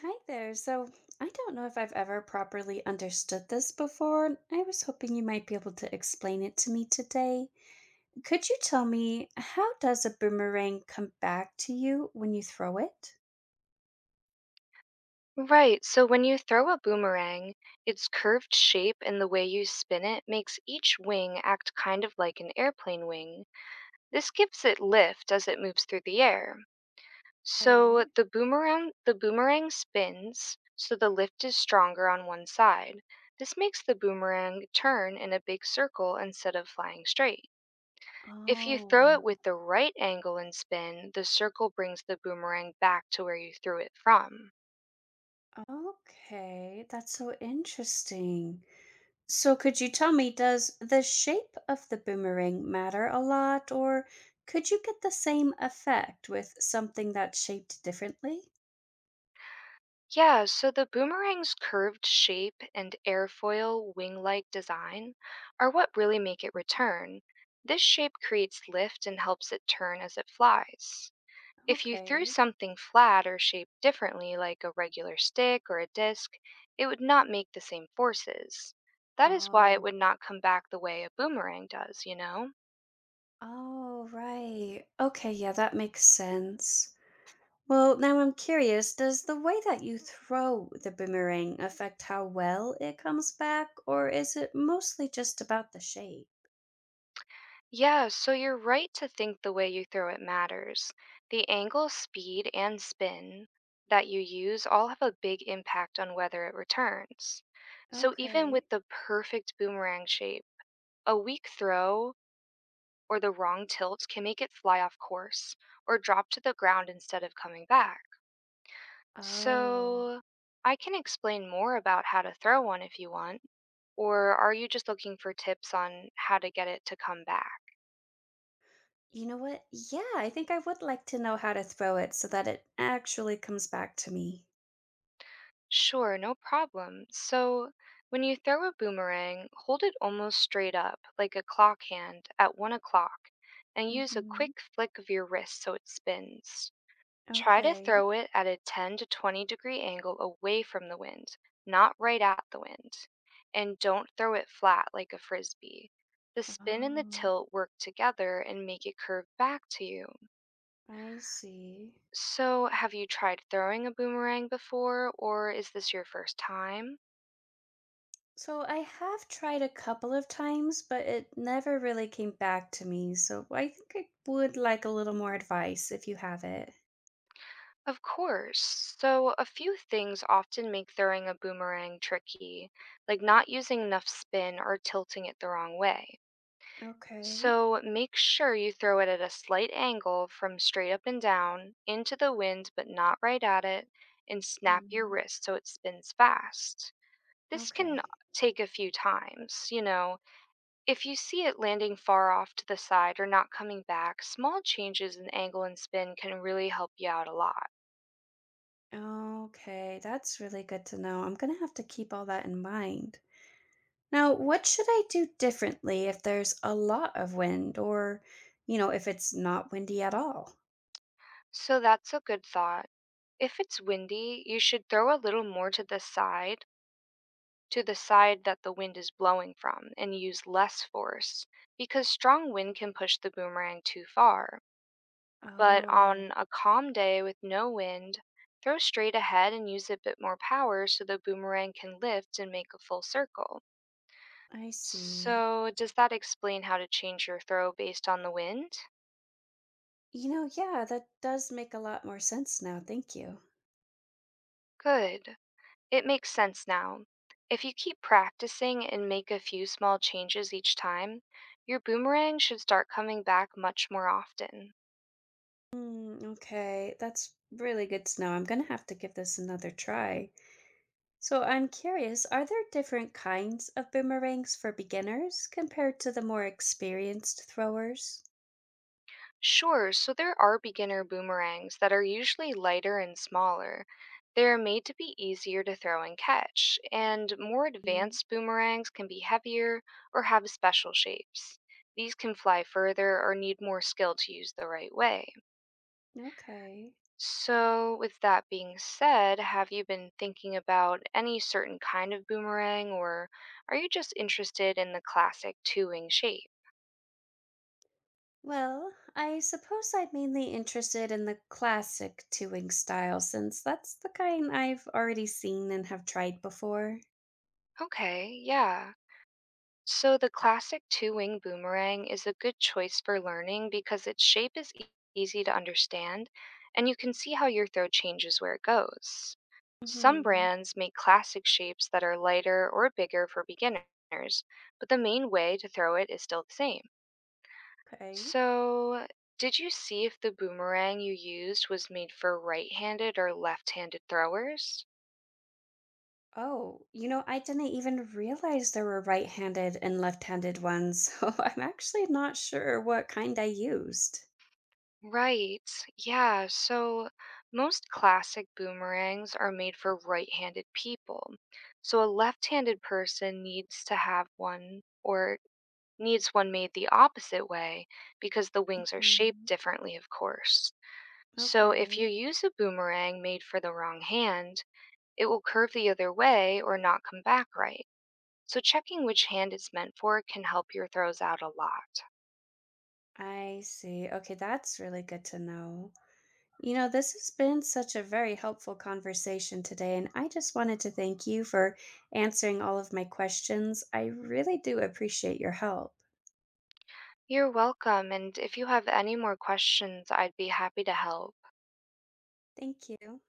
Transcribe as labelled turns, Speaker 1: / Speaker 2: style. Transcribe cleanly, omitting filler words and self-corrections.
Speaker 1: Hi there. So, I don't know if I've ever properly understood this before. And I was hoping you might be able to explain it to me today. Could you tell me, how does a boomerang come back to you when you throw it?
Speaker 2: Right, so when you throw a boomerang, its curved shape and the way you spin it makes each wing act kind of like an airplane wing. This gives it lift as it moves through the air.
Speaker 1: Right.
Speaker 2: So the boomerang spins, so the lift is stronger on one side. This makes the boomerang turn in a big circle instead of flying straight. If you throw it
Speaker 1: Oh,
Speaker 2: with the right angle and spin, the circle brings the boomerang back to where you threw it from.
Speaker 1: okay. That's so interesting. So, could you tell me, does the shape of the boomerang matter a lot, or could you get the same effect with something that's shaped differently?
Speaker 2: Yeah, so the boomerang's curved shape and airfoil wing like design are what really make it return. This shape creates lift and helps it turn as it flies. If you threw
Speaker 1: Okay.
Speaker 2: something flat or shaped differently, like a regular stick or a disc, it would not make the same forces. That is why it
Speaker 1: Oh,
Speaker 2: would not come back the way a boomerang does, you know?
Speaker 1: oh, right. Okay, yeah, that makes sense. Well, now I'm curious, does the way that you throw the boomerang affect how well it comes back, or is it mostly just about the shape?
Speaker 2: Yeah, so you're right to think the way you throw it matters. The angle, speed, and spin that you use all have a big impact on whether it returns. So even
Speaker 1: Okay.
Speaker 2: with the perfect boomerang shape, a weak throw or the wrong tilt can make it fly off course or drop to the ground instead of coming back.
Speaker 1: Oh.
Speaker 2: So I can explain more about how to throw one if you want, or are you just looking for tips on how to get it to come back?
Speaker 1: You know what? Yeah, I think I would like to know how to throw it so that it actually comes back to me.
Speaker 2: Sure, no problem. So, when you throw a boomerang, hold it almost straight up, like a clock hand, at 1 o'clock, and use a
Speaker 1: Mm-hmm.
Speaker 2: quick flick of your wrist so it spins. Try to
Speaker 1: Okay.
Speaker 2: throw it at a 10 to 20 degree angle away from the wind, not right at the wind. And don't throw it flat like a frisbee. The spin and the
Speaker 1: Oh,
Speaker 2: tilt work together and make it curve back to you.
Speaker 1: I see.
Speaker 2: So, have you tried throwing a boomerang before, or is this your first time?
Speaker 1: So I have tried a couple of times, but it never really came back to me. So I think I would like a little more advice if you have it.
Speaker 2: Of course. So, a few things often make throwing a boomerang tricky, like not using enough spin or tilting it the wrong way.
Speaker 1: Okay.
Speaker 2: So, make sure you throw it at a slight angle from straight up and down, into the wind but not right at it, and snap your
Speaker 1: Hmm.
Speaker 2: wrist so it spins fast. This can
Speaker 1: Okay.
Speaker 2: take a few times. If you see it landing far off to the side or not coming back, small changes in angle and spin can really help you out a lot.
Speaker 1: Okay, that's really good to know. I'm gonna have to keep all that in mind. Now, what should I do differently if there's a lot of wind or, if it's not windy at all?
Speaker 2: So that's a good thought. If it's windy, you should throw a little more to the side that the wind is blowing from, and use less force, because strong wind can push the boomerang too far. But
Speaker 1: Oh,
Speaker 2: on a calm day with no wind, throw straight ahead and use a bit more power so the boomerang can lift and make a full circle.
Speaker 1: I see.
Speaker 2: So, does that explain how to change your throw based on the wind?
Speaker 1: Yeah, that does make a lot more sense now. Thank you.
Speaker 2: Good. It makes sense now. If you keep practicing and make a few small changes each time, your boomerang should start coming back much more often.
Speaker 1: Mm, okay, that's really good to know. I'm gonna have to give this another try. So I'm curious, are there different kinds of boomerangs for beginners compared to the more experienced throwers?
Speaker 2: Sure, so there are beginner boomerangs that are usually lighter and smaller. They're made to be easier to throw and catch, and more
Speaker 1: Mm,
Speaker 2: advanced boomerangs can be heavier or have special shapes. These can fly further or need more skill to use the right way.
Speaker 1: okay.
Speaker 2: So, with that being said, have you been thinking about any certain kind of boomerang, or are you just interested in the classic two wing shape?
Speaker 1: Well, I suppose I'm mainly interested in the classic two-wing style since that's the kind I've already seen and have tried before.
Speaker 2: Okay, yeah. So, the classic two wing boomerang is a good choice for learning because its shape is easy to understand and you can see how your throw changes where it goes. Some
Speaker 1: Hmm.
Speaker 2: brands make classic shapes that are lighter or bigger for beginners, but the main way to throw it is still the same.
Speaker 1: Okay.
Speaker 2: So, did you see if the boomerang you used was made for right-handed or left-handed throwers?
Speaker 1: Oh, I didn't even realize there were right-handed and left-handed ones, so I'm actually not sure what kind I used.
Speaker 2: Right. Yeah, so most classic boomerangs are made for right-handed people. So a left-handed person needs to have one or needs one made the opposite way because the wings are shaped
Speaker 1: Mhm.
Speaker 2: differently, of course. So if
Speaker 1: Okay,
Speaker 2: you use a boomerang made for the wrong hand, it will curve the other way or not come back right. So checking which hand it's meant for can help your throws out a lot.
Speaker 1: I see. Okay, that's really good to know. This has been such a very helpful conversation today, and I just wanted to thank you for answering all of my questions. I really do appreciate your help.
Speaker 2: You're welcome, and if you have any more questions, I'd be happy to help.
Speaker 1: Thank you.